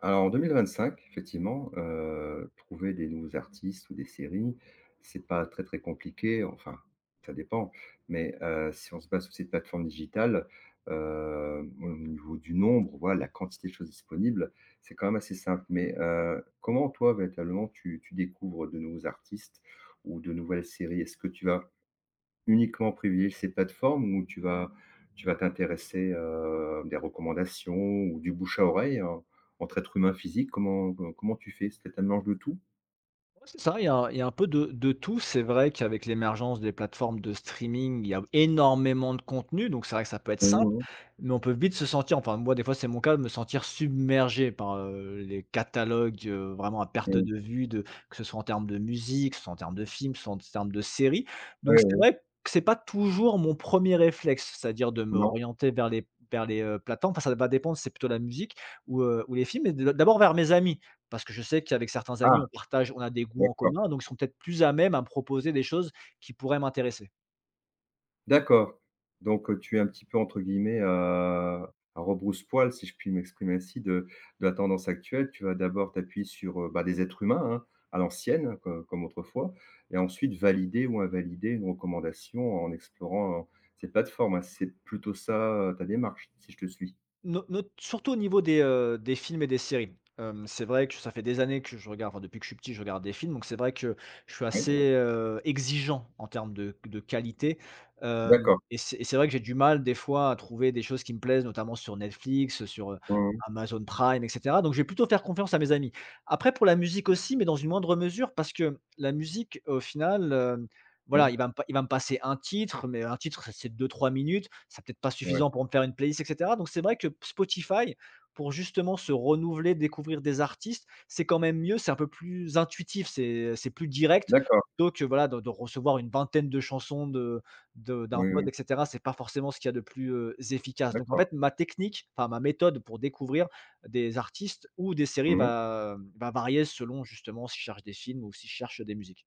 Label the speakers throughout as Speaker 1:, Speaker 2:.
Speaker 1: Alors en 2025, effectivement, trouver des nouveaux artistes ou des séries, c'est pas très très compliqué, enfin, ça dépend. Mais, si on se base sur ces plateformes digitales, au niveau du nombre, voilà, la quantité de choses disponibles, c'est quand même assez simple. Mais, comment toi, véritablement, tu découvres de nouveaux artistes ou de nouvelles séries? Est-ce que tu vas uniquement privilégier ces plateformes où tu vas t'intéresser, des recommandations ou du bouche à oreille, en entre être humain physique, comment comment tu fais? C'était un mélange de tout?
Speaker 2: Ouais, c'est ça, il y a un il y a un peu de tout. C'est vrai qu'avec l'émergence des plateformes de streaming, il y a énormément de contenu, donc c'est vrai que ça peut être
Speaker 1: Mmh
Speaker 2: simple,
Speaker 1: mh.
Speaker 2: mais on peut vite se sentir, enfin moi des fois c'est mon cas, me sentir submergé par les catalogues, vraiment à perte
Speaker 1: Mmh.
Speaker 2: de vue de que ce soit en termes de musique, que ce soit en termes de films, que ce soit en termes de séries, donc
Speaker 1: Ouais,
Speaker 2: c'est
Speaker 1: ouais.
Speaker 2: vrai que c'est pas toujours mon premier réflexe, c'est-à-dire de
Speaker 1: Non?
Speaker 2: m'orienter vers les plateformes. Enfin ça va dépendre si c'est plutôt la musique ou les films, mais de d'abord vers mes amis. Parce que je sais qu'avec certains amis,
Speaker 1: Ah!
Speaker 2: on a des goûts en
Speaker 1: D'accord.
Speaker 2: commun, donc ils sont peut-être plus à même à me proposer des choses qui pourraient m'intéresser.
Speaker 1: D'accord. Donc, tu es un petit peu entre guillemets, à «rebrousse-poil», si je puis m'exprimer ainsi, de la tendance actuelle. Tu vas d'abord t'appuyer sur, bah, des êtres humains, hein, à l'ancienne, co comme autrefois, et ensuite valider ou invalider une recommandation en explorant, ces plateformes, hein. C'est plutôt ça, ta démarche, si je te suis?
Speaker 2: No, no, surtout au niveau des films et des séries. C'est vrai que ça fait des années que je regarde, enfin depuis que je suis petit, je regarde des films, donc c'est vrai que je suis
Speaker 1: Oui?
Speaker 2: assez exigeant en termes de qualité. Hem
Speaker 1: D'accord.
Speaker 2: Et c'est vrai que j'ai du mal des fois à trouver des choses qui me plaisent, notamment sur Netflix, sur
Speaker 1: Mmh mh.
Speaker 2: Amazon Prime et cetera, donc je vais plutôt faire confiance à mes amis. Après pour la musique aussi, mais dans une moindre mesure parce que la musique au final, voilà,
Speaker 1: Oui,
Speaker 2: il va me passer un titre, mais un titre, ça c'est deux trois minutes, ça peut-être pas
Speaker 1: ouais.
Speaker 2: suffisant pour me faire une playlist et cetera. Donc c'est vrai que Spotify, pour justement se renouveler, découvrir des artistes, c'est quand même mieux, c'est un peu plus intuitif, c'est plus direct.
Speaker 1: D'accord.
Speaker 2: Donc que voilà, de recevoir une vingtaine de chansons de d'un
Speaker 1: Oui,
Speaker 2: pote
Speaker 1: oui.
Speaker 2: et cetera, c'est pas forcément ce qu'il y a de plus efficace. Donc en
Speaker 1: D'accord.
Speaker 2: fait, ma technique, enfin ma méthode pour découvrir des artistes ou des séries
Speaker 1: Mmh.
Speaker 2: va varier selon justement si je cherche des films ou si je cherche des musiques.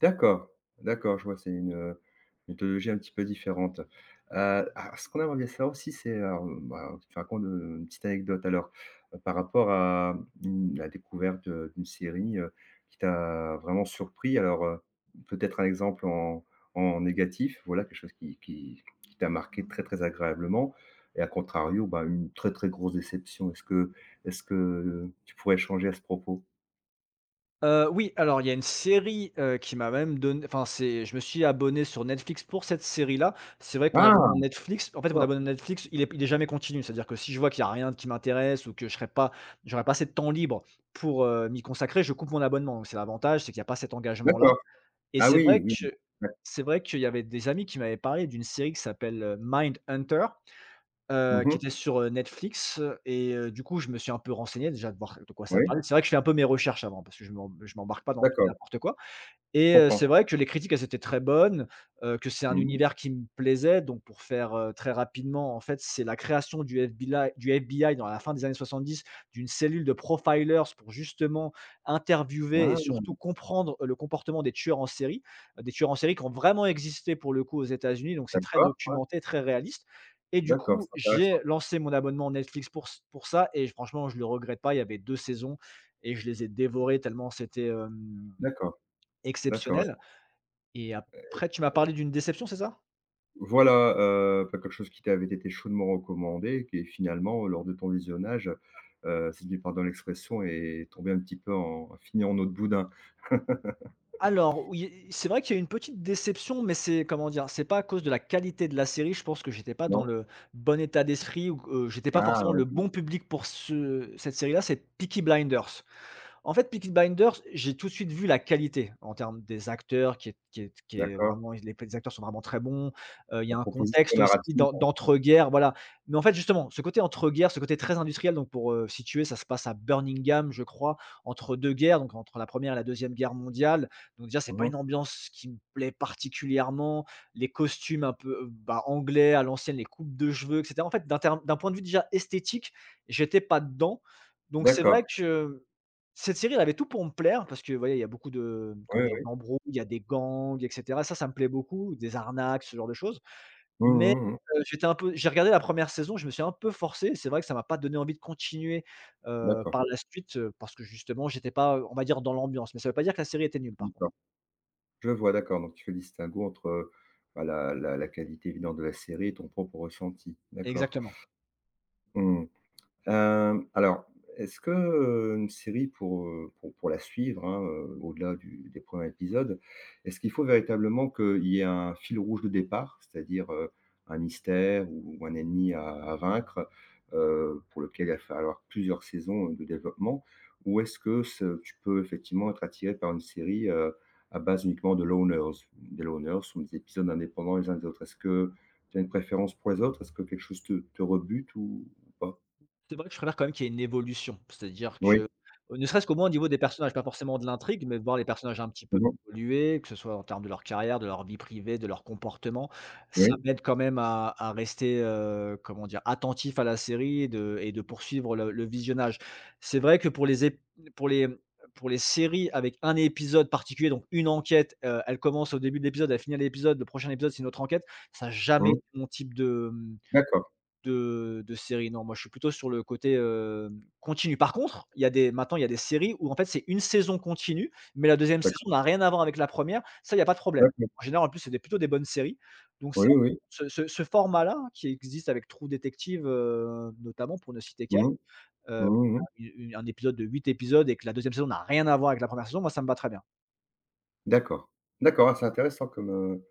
Speaker 1: D'accord, d'accord, je vois, c'est une, méthodologie un petit peu différente. Alors ce qu'on aimerait bien savoir aussi, c'est alors, bah, tu te racontes, une petite anecdote alors, par rapport à, mmh, la découverte, d'une série, qui t'a vraiment surpris. Alors, peut-être un exemple en négatif, voilà, quelque chose qui t'a marqué très, très agréablement, et à contrario, bah, une très, très grosse déception. Est-ce que tu pourrais changer à ce propos?
Speaker 2: Oui, alors il y a une série qui m'a même donné. Enfin, c'est je me suis abonné sur Netflix pour cette série-là. C'est vrai que mon
Speaker 1: Ah!
Speaker 2: abonnement Netflix, en fait, mon
Speaker 1: D'accord.
Speaker 2: abonnement Netflix, il est jamais continu. C'est-à-dire que si je vois qu'il y a rien qui m'intéresse ou que je serais pas j'aurais pas assez de temps libre pour m'y consacrer, je coupe mon abonnement. Donc c'est l'avantage, c'est qu'il n'y a pas cet engagement-là, et
Speaker 1: Ah
Speaker 2: c'est vrai
Speaker 1: oui, oui.
Speaker 2: que
Speaker 1: Ouais.
Speaker 2: c'est vrai qu'il y avait des amis qui m'avaient parlé d'une série qui s'appelle Mind Hunter. Qui
Speaker 1: Mmh.
Speaker 2: était sur Netflix, et du coup, je me suis un peu renseigné déjà, de voir de quoi ça
Speaker 1: Oui,
Speaker 2: parlait. C'est vrai que je fais un peu mes recherches avant parce que je m'embarque pas dans tout et
Speaker 1: d'accord,
Speaker 2: n'importe quoi.
Speaker 1: je
Speaker 2: Et
Speaker 1: comprends.
Speaker 2: c'est vrai que les critiques, elles étaient très bonnes que c'est un
Speaker 1: Mmh.
Speaker 2: univers qui me plaisait. Donc pour faire très rapidement, en fait, c'est la création du FBI dans la fin des années 70, d'une cellule de profilers pour justement interviewer et
Speaker 1: Ah!
Speaker 2: surtout comprendre le comportement des tueurs en série qui ont vraiment existé pour le coup aux États-Unis. Donc c'est très
Speaker 1: D'accord,
Speaker 2: documenté, très réaliste. Et du
Speaker 1: d'accord,
Speaker 2: coup,
Speaker 1: c'est
Speaker 2: j'ai
Speaker 1: intéressant.
Speaker 2: lancé mon abonnement Netflix pour ça, et franchement, je le regrette pas. Il y avait 2 saisons et je les ai dévorées tellement c'était
Speaker 1: D'accord, d'accord, ouais.
Speaker 2: exceptionnel. Et après, tu m'as parlé d'une déception, c'est ça?
Speaker 1: Voilà, bah, quelque chose qui t'avait été chaudement recommandé, qui finalement, lors de ton visionnage, si tu me pardonnes l'expression, est tombé un petit peu, en a fini en eau de boudin,
Speaker 2: Alors oui, c'est vrai qu'il y a eu une petite déception, mais c'est, comment dire, c'est pas à cause de la qualité de la série. Je pense que j'étais pas dans
Speaker 1: non?
Speaker 2: le bon état d'esprit, ou j'étais pas
Speaker 1: Ah,
Speaker 2: forcément le
Speaker 1: mmh,
Speaker 2: bon public pour ce cette série-là, c'est Peaky Blinders. En fait, Peaky Blinders, j'ai tout de suite vu la qualité en termes des acteurs, qui est qui est qui est
Speaker 1: d'accord,
Speaker 2: vraiment les acteurs sont vraiment très bons. Il y
Speaker 1: la
Speaker 2: a un
Speaker 1: proposition
Speaker 2: contexte aussi
Speaker 1: narrative,
Speaker 2: d'en
Speaker 1: hein.
Speaker 2: d'entre-guerres, voilà. Mais en fait, justement, ce côté entre-guerres, ce côté très industriel, donc pour situer, ça se passe à Birmingham, je crois, entre 2 guerres, donc entre la première et la deuxième guerre mondiale. Donc déjà, c'est pas une
Speaker 1: Mmh.
Speaker 2: ambiance qui me plaît particulièrement. Les costumes un peu bah, anglais à l'ancienne, les coupes de cheveux et cetera. En fait, d'un point de vue déjà esthétique, j'étais pas dedans. Donc c'est vrai
Speaker 1: D'accord,
Speaker 2: que cette série, elle avait tout pour me plaire parce que, vous voyez, il y a beaucoup de,
Speaker 1: oui,
Speaker 2: comment dire,
Speaker 1: oui.
Speaker 2: d'embrouilles, il y a des gangs et cetera. Ça me plaît beaucoup, des arnaques, ce genre de choses.
Speaker 1: Mmh
Speaker 2: Mais
Speaker 1: mh, mmh, mmh.
Speaker 2: j'étais un peu j'ai regardé la première saison, je me suis un peu forcé, c'est vrai que ça m'a pas donné envie de continuer
Speaker 1: D'accord,
Speaker 2: par la suite parce que justement, j'étais pas, on va dire, dans l'ambiance. Mais ça veut pas dire que la série était nulle, par contre.
Speaker 1: d'accord. Je vois, d'accord, donc tu fais le distinguo entre, bah, la la qualité évidente de la série et ton propre ressenti. D'accord.
Speaker 2: Exactement.
Speaker 1: Mmh. Hem, alors, est-ce que, une série pour, pour la suivre, hein, au-delà du des premiers épisodes, est-ce qu'il faut véritablement qu'il y ait un fil rouge de départ? C'est-à-dire, un mystère ou un ennemi à vaincre, pour lequel il va falloir plusieurs saisons de développement? Ou est-ce que ce tu peux effectivement être attiré par une série, à base uniquement de loners? Des loners sont des épisodes indépendants les uns des autres. Est-ce que tu as une préférence pour les autres? Est-ce que quelque chose te rebute ou pas?
Speaker 2: C'est vrai que je préfère quand même qu'il y ait une évolution. C'est-à-dire que ne serait-ce qu'au moins au niveau des personnages, pas forcément de l'intrigue, mais de voir les personnages un petit peu
Speaker 1: Mmh mh.
Speaker 2: évoluer, que ce soit en termes de leur carrière, de leur vie privée, de leur comportement, ça
Speaker 1: Oui.
Speaker 2: m'aide quand même à rester, comment dire, attentif à la série et de poursuivre le visionnage. C'est vrai que pour les ép pour les, mmh, pour les séries avec un épisode particulier, donc une enquête elle commence au début de l'épisode, elle finit à l'épisode, le prochain épisode, c'est une autre enquête, ça a jamais
Speaker 1: Mmh.
Speaker 2: été mon type de, mmh
Speaker 1: D'accord,
Speaker 2: de séries, non. Moi, je suis plutôt sur le côté continu. Par contre, il y a des maintenant, il y a des séries où en fait, c'est une saison continue, mais la deuxième
Speaker 1: d'accord,
Speaker 2: saison n'a rien à voir avec la première. Ça, il y a pas de problème.
Speaker 1: d'accord.
Speaker 2: En général, en plus, c'est des plutôt des bonnes séries. Donc ça,
Speaker 1: Oui, oui.
Speaker 2: ce format-là, qui existe avec True Detective notamment pour ne citer qu'elle,
Speaker 1: Mmh mh.
Speaker 2: heu,
Speaker 1: Mmh mh.
Speaker 2: u un épisode de 8 épisodes, et que la deuxième saison n'a rien à voir avec la première saison, moi, ça me va très bien.
Speaker 1: D'accord. D'accord, ah, c'est intéressant comme,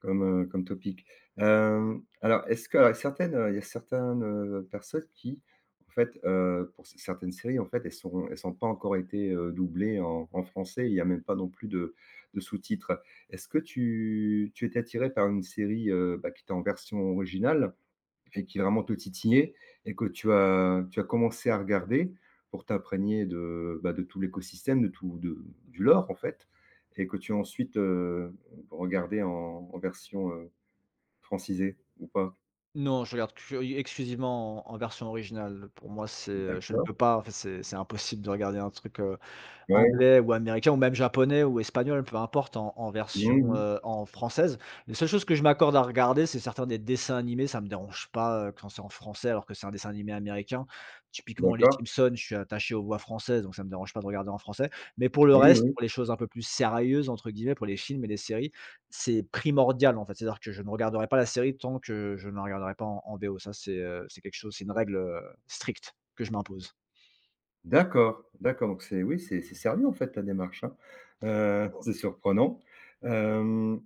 Speaker 1: comme, comme topic. Hem, alors est-ce que, alors certaines, il y a certaines, personnes qui en fait, pour c certaines séries en fait, elles sont pas encore été, doublées en français, il y a même pas non plus de sous-titres. Est-ce que tu étais attiré par une série, bah, qui était en version originale et qui vraiment te titillait et que tu as commencé à regarder pour t'imprégner de, bah, de tout l'écosystème, de tout de du
Speaker 2: Mmh.
Speaker 1: lore, en fait, et que tu as ensuite, regardé en version, francisée ou pas?
Speaker 2: Non, je regarde que exclusivement en version originale. Pour moi, je ne
Speaker 1: D'accord.
Speaker 2: peux pas, en fait, c'est impossible de regarder un truc,
Speaker 1: Ouais.
Speaker 2: anglais ou américain ou même japonais ou espagnol, peu importe, en
Speaker 1: Mmh
Speaker 2: version
Speaker 1: mh.
Speaker 2: en française. Les seules choses que je m'accorde à regarder, c'est certains des dessins animés, ça me dérange pas quand c'est en français alors que c'est un dessin animé américain. Typiquement les
Speaker 1: D'accord.
Speaker 2: Simpsons, je suis attaché aux voix françaises, donc ça me dérange pas de regarder en français. Mais pour le
Speaker 1: Oui,
Speaker 2: reste,
Speaker 1: oui.
Speaker 2: pour les choses un peu plus «sérieuses» entre guillemets, pour les films et les séries, c'est primordial en fait. C'est-à-dire que je ne regarderai pas la série tant que je ne la regarderai pas en VO. Ça c'est c'est quelque chose c'est une règle stricte que je m'impose.
Speaker 1: D'accord, d'accord, donc c'est oui, c'est sérieux, en fait, ta démarche, hein. C'est surprenant. Hem,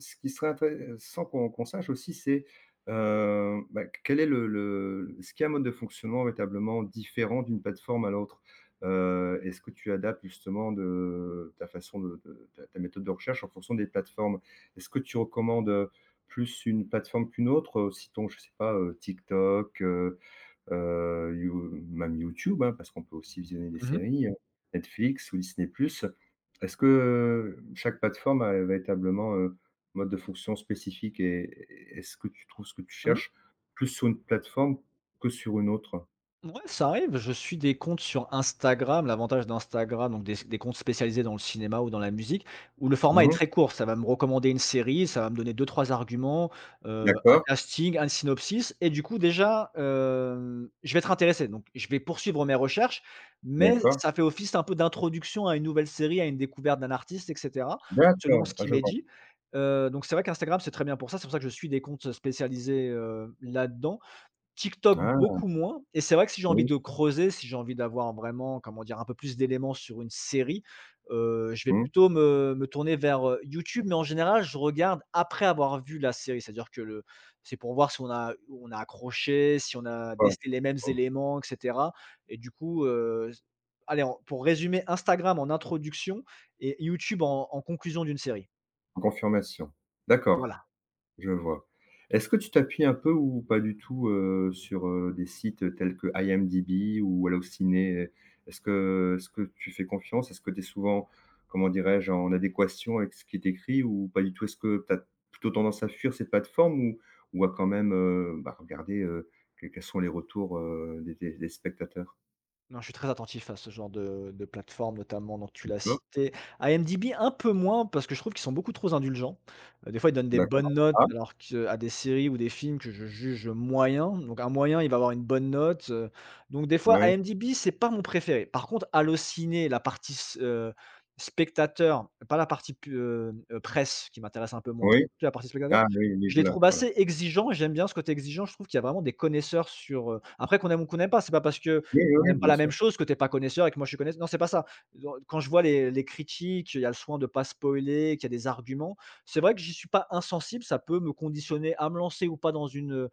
Speaker 1: ce qui serait intéressant qu'on sache aussi, c'est, bah, quel est le ce qui est un mode de fonctionnement véritablement différent d'une plateforme à l'autre? Est-ce que tu adaptes justement de ta façon de ta ta méthode de recherche en fonction des plateformes? Est-ce que tu recommandes, plus une plateforme qu'une autre, citons, je sais pas, TikTok, You même YouTube, hein, parce qu'on peut aussi visionner des
Speaker 2: Mmh mh.
Speaker 1: séries, Netflix ou Disney+. Est-ce que, chaque plateforme a véritablement, mode de fonction spécifique, et est-ce que tu trouves ce que tu
Speaker 2: Mmh.
Speaker 1: cherches plus sur une plateforme que sur une autre?
Speaker 2: Ouais, ça arrive, je suis des comptes sur Instagram. L'avantage d'Instagram, donc des comptes spécialisés dans le cinéma ou dans la musique, où le format est
Speaker 1: Mmh.
Speaker 2: très court. Ça va me recommander une série, ça va me donner deux trois arguments un
Speaker 1: D'accord,
Speaker 2: casting, un synopsis, et du coup déjà je vais être intéressé. Donc je vais poursuivre mes recherches, mais
Speaker 1: d'accord,
Speaker 2: ça fait office un peu d'introduction à une nouvelle série, à une découverte d'un artiste et cetera, selon
Speaker 1: d'accord.
Speaker 2: ce
Speaker 1: Ah,
Speaker 2: qu'il
Speaker 1: je
Speaker 2: m'est
Speaker 1: vois.
Speaker 2: dit. Donc c'est vrai qu'Instagram, c'est très bien pour ça. C'est pour ça que je suis des comptes spécialisés là-dedans. TikTok
Speaker 1: Ah
Speaker 2: beaucoup moins, et c'est vrai que si j'ai envie
Speaker 1: oui.
Speaker 2: de creuser, si j'ai envie d'avoir vraiment, comment dire, un peu plus d'éléments sur une série je vais
Speaker 1: Mmh.
Speaker 2: plutôt me tourner vers YouTube, mais en général, je regarde après avoir vu la série. C'est-à-dire que le c'est pour voir si on a accroché, si on a
Speaker 1: Voilà.
Speaker 2: décelé les mêmes
Speaker 1: Mmh.
Speaker 2: éléments et cetera, et du coup allez, en pour résumer, Instagram en introduction et YouTube en conclusion d'une série.
Speaker 1: Confirmation. D'accord.
Speaker 2: Voilà.
Speaker 1: Je vois. Est-ce que tu t'appuies un peu ou pas du tout, sur, des sites tels que IMDb ou Allociné? Est-ce que tu fais confiance? Est-ce que tu es souvent, comment dirais-je, en adéquation avec ce qui est écrit ou pas du tout? Est-ce que tu as plutôt tendance à fuir ces plateformes ou à quand même, bah, regarder, quels sont les retours, des spectateurs?
Speaker 2: Non, je suis très attentif à ce genre de plateforme, notamment, donc tu l'as
Speaker 1: D'accord,
Speaker 2: cité. IMDb, un peu moins, parce que je trouve qu'ils sont beaucoup trop indulgents. Des fois, ils donnent des
Speaker 1: d'accord.
Speaker 2: bonnes notes,
Speaker 1: Ah,
Speaker 2: alors que à des séries ou des films que je juge moyens. Donc un moyen, il va avoir une bonne note, donc des fois,
Speaker 1: oui,
Speaker 2: IMDb, c'est pas mon préféré. Par contre, Allociné, la partie s spectateur, pas la partie pu presse qui m'intéresse un peu moins, c'est
Speaker 1: oui.
Speaker 2: plutôt la partie spectateur.
Speaker 1: Ah oui, oui,
Speaker 2: Je les
Speaker 1: voilà,
Speaker 2: trouve
Speaker 1: voilà.
Speaker 2: assez exigeants et j'aime bien ce côté exigeant. Je trouve qu'il y a vraiment des connaisseurs après qu'on aime ou qu'on n'aime pas, c'est pas parce que
Speaker 1: Oui, oui,
Speaker 2: on
Speaker 1: oui,
Speaker 2: n'aime pas
Speaker 1: bien
Speaker 2: la
Speaker 1: sûr.
Speaker 2: même chose, que tu es pas connaisseur et que moi je suis connaisseur. Non, c'est pas ça. Dans Quand je vois les critiques, il y a le soin de pas spoiler, qu'il y a des arguments, c'est vrai que j'y suis pas insensible, ça peut me conditionner à me lancer ou pas dans une,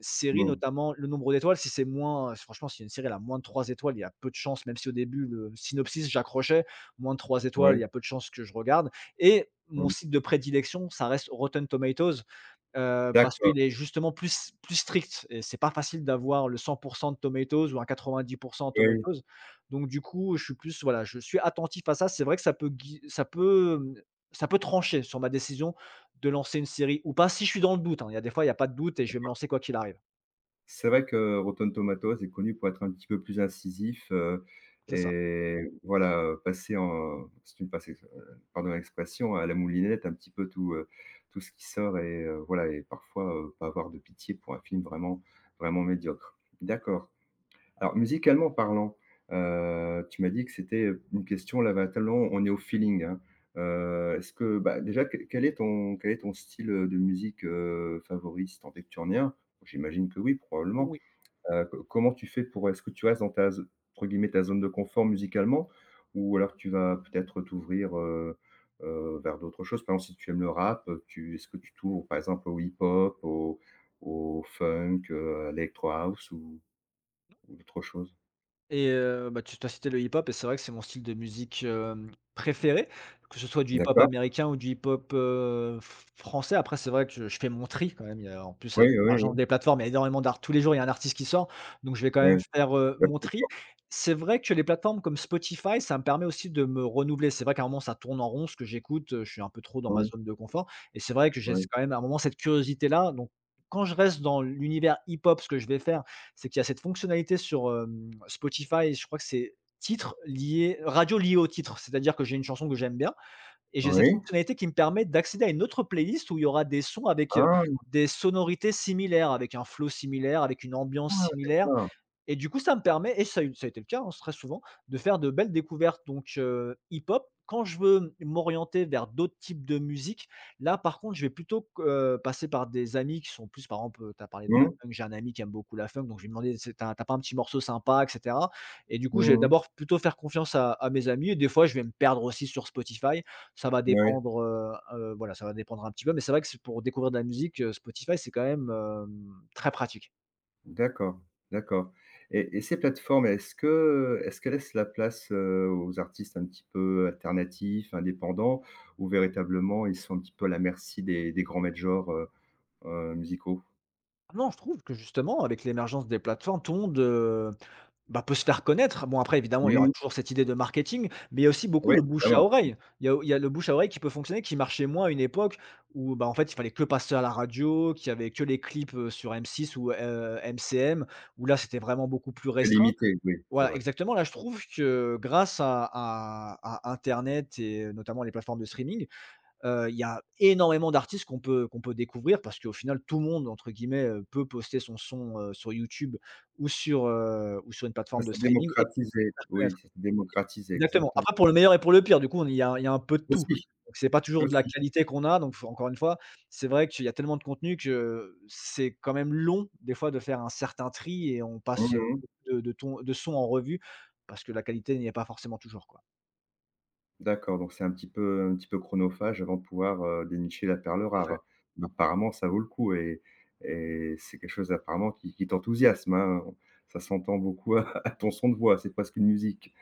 Speaker 2: série,
Speaker 1: Mmh.
Speaker 2: notamment le nombre d'étoiles. Si c'est moins franchement, si une série elle a moins de 3 étoiles, il y a peu de chances, même si au début le synopsis j'accrochais, moins de 3 étoiles, il
Speaker 1: Oui.
Speaker 2: y a peu de chances que je regarde. Et mon
Speaker 1: Mmh.
Speaker 2: site de prédilection, ça reste Rotten Tomatoes. Parce
Speaker 1: D'accord.
Speaker 2: qu'il est justement plus strict et c'est pas facile d'avoir le 100 de Tomatoes ou un 90
Speaker 1: Oui, oui.
Speaker 2: Tomatoes. Donc du coup, je suis plus voilà, je suis attentif à ça. C'est vrai que ça peut gui ça peut trancher sur ma décision de lancer une série ou pas, si je suis dans le doute, hein. Il y a des fois, il y a pas de doute et je vais me lancer quoi qu'il arrive.
Speaker 1: C'est vrai que Rotten Tomatoes est connu pour être un petit peu plus incisif,
Speaker 2: C'est ça.
Speaker 1: et voilà, passer en, si tu me passes l'ex pardon, l'expression, à la moulinette un petit peu tout, tout ce qui sort, et voilà, et parfois, pas avoir de pitié pour un film vraiment vraiment médiocre. D'accord. Alors musicalement parlant, tu m'as dit que c'était, une question là maintenant, on est au feeling, hein. Est-ce que bah, déjà que quel est ton style, de musique, favori, si tant est que tu en aies un? J'imagine que oui, probablement. Co comment tu fais pour est-ce que tu restes dans ta z entre guillemets «ta zone de confort» musicalement? Ou alors tu vas peut-être t'ouvrir, vers d'autres choses? Par exemple, si tu aimes le rap, tu est-ce que tu t'ouvres par exemple au hip-hop, au funk, à l'electro house ou d'autres choses?
Speaker 2: Et bah, tu as cité le hip-hop et c'est vrai que c'est mon style de musique, préféré, que ce soit du hip-hop
Speaker 1: D'accord.
Speaker 2: américain ou du hip-hop, f français. Après, c'est vrai que je fais mon tri quand même. Il y a en plus
Speaker 1: Oui,
Speaker 2: avec
Speaker 1: oui,
Speaker 2: l'émergence
Speaker 1: oui,
Speaker 2: des plateformes, il y a énormément d'art tous les jours, il y a un artiste qui sort, donc je vais quand même
Speaker 1: oui,
Speaker 2: faire,
Speaker 1: tout à
Speaker 2: mon tri.
Speaker 1: fait.
Speaker 2: C'est vrai que les plateformes comme Spotify, ça me permet aussi de me renouveler. C'est vrai qu'à un moment, ça tourne en rond ce que j'écoute, je suis un peu trop dans ma
Speaker 1: Oui,
Speaker 2: zone de confort et c'est vrai que j'ai
Speaker 1: oui.
Speaker 2: quand même à un moment cette curiosité-là, donc quand je reste dans l'univers hip-hop, ce que je vais faire c'est qu'il y a cette fonctionnalité sur, Spotify, je crois que c'est titres liés radio liée au titre. C'est-à-dire que j'ai une chanson que j'aime bien et j'ai cette
Speaker 1: Oui.
Speaker 2: fonctionnalité qui me permet d'accéder à une autre playlist où il y aura des sons avec,
Speaker 1: Ah!
Speaker 2: des sonorités similaires, avec un flow similaire, avec une ambiance
Speaker 1: Ah
Speaker 2: similaire
Speaker 1: d'accord.
Speaker 2: et du coup, ça me permet et ça a été le cas, hein, très souvent, de faire de belles découvertes donc hip-hop. Quand je veux m'orienter vers d'autres types de musique, là, par contre, je vais plutôt q passer par des amis qui sont plus par exemple, tu as parlé de la
Speaker 1: Mmh.
Speaker 2: funk, j'ai un ami qui aime beaucoup la funk, donc je vais lui demander: «C'est Tu as pas un petit morceau sympa?» et cetera et du coup, je vais
Speaker 1: Mmh mmh.
Speaker 2: d'abord plutôt faire confiance à mes amis et des fois, je vais me perdre aussi sur Spotify. Ça va
Speaker 1: Oui.
Speaker 2: dépendre, voilà, ça va dépendre un petit peu, mais c'est vrai que c'est pour découvrir de la musique, Spotify, c'est quand même, très pratique.
Speaker 1: D'accord, d'accord, et ces plateformes, est-ce que est-ce qu'elles laissent la place, aux artistes un petit peu alternatifs, indépendants, ou véritablement ils sont un petit peu à la merci des grands majors, musicaux?
Speaker 2: Ah, non, je trouve que justement, avec l'émergence des plateformes, tout le monde, bah, peut se faire connaître. Bon, après, évidemment, il y aura
Speaker 1: Mmh,
Speaker 2: toujours cette idée de marketing, mais il y a aussi beaucoup
Speaker 1: oui,
Speaker 2: le bouche à
Speaker 1: évidemment,
Speaker 2: oreille. Il y a le bouche à oreille qui peut fonctionner, qui marchait moins à une époque où, bah, en fait, il fallait que passer à la radio, qu'il y avait que les clips, sur M6 ou, MCM, où là, c'était vraiment beaucoup plus
Speaker 1: c'est
Speaker 2: restreint.
Speaker 1: limité, oui, c'est
Speaker 2: Voilà,
Speaker 1: vrai.
Speaker 2: exactement. Là, je trouve que grâce à internet et notamment les plateformes de streaming. Il y a énormément d'artistes qu'on peut découvrir parce qu'au final tout le monde entre guillemets, peut poster son son, sur YouTube ou sur une
Speaker 1: Ça
Speaker 2: plateforme de
Speaker 1: s'est
Speaker 2: streaming et se
Speaker 1: démocratisé,
Speaker 2: faire
Speaker 1: oui,
Speaker 2: connaître.
Speaker 1: ça s'est démocratisé,
Speaker 2: Exactement.
Speaker 1: exactement.
Speaker 2: Après pour le meilleur et pour le pire, du coup on il y a un peu de tout.
Speaker 1: Aussi,
Speaker 2: Donc c'est pas toujours de la
Speaker 1: aussi.
Speaker 2: qualité qu'on a, donc faut encore une fois, c'est vrai qu'il y a tellement de contenu que c'est quand même long des fois de faire un certain tri et on passe,
Speaker 1: Mmh mmh.
Speaker 2: beaucoup de sons en revue parce que la qualité n'y est pas forcément toujours, quoi.
Speaker 1: D'accord, donc c'est un petit peu chronophage avant de pouvoir, dénicher la perle
Speaker 2: Tout à fait.
Speaker 1: rare. Mais apparemment, ça vaut le coup, et c'est quelque chose apparemment qui t'enthousiasme, hein? Ça s'entend beaucoup à ton son de voix, c'est presque une musique.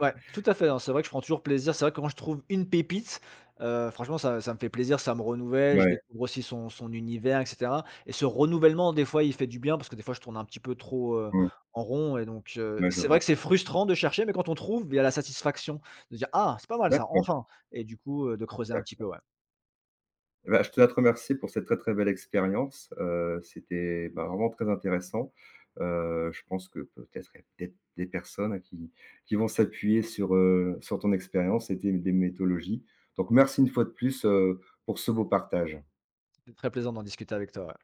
Speaker 2: Ouais, tout à fait, hein, c'est vrai que je prends toujours plaisir. C'est vrai que quand je trouve une pépite, franchement, ça me fait plaisir, ça me renouvelle. Je
Speaker 1: Ouais,
Speaker 2: découvre aussi son univers et cetera et ce renouvellement, des fois, il fait du bien parce que, des fois, je tourne un petit peu trop,
Speaker 1: mmh,
Speaker 2: en rond et donc
Speaker 1: ouais, je
Speaker 2: c'est vrai
Speaker 1: vois.
Speaker 2: que c'est frustrant de chercher, mais quand on trouve, il y a la satisfaction de dire: «Ah, c'est pas mal ça,
Speaker 1: D'accord.
Speaker 2: enfin» et du coup, de creuser un petit peu, ouais.
Speaker 1: Eh ben, je tenais à te remercier pour cette très, très belle expérience. C'était, bah, vraiment très intéressant. Je pense que peut-être il y a peut-être des personnes qui vont s'appuyer sur, sur ton expérience et tes des méthodologies. Donc merci une fois de plus, pour ce beau partage.
Speaker 2: C'était très plaisant d'en discuter avec toi, ouais.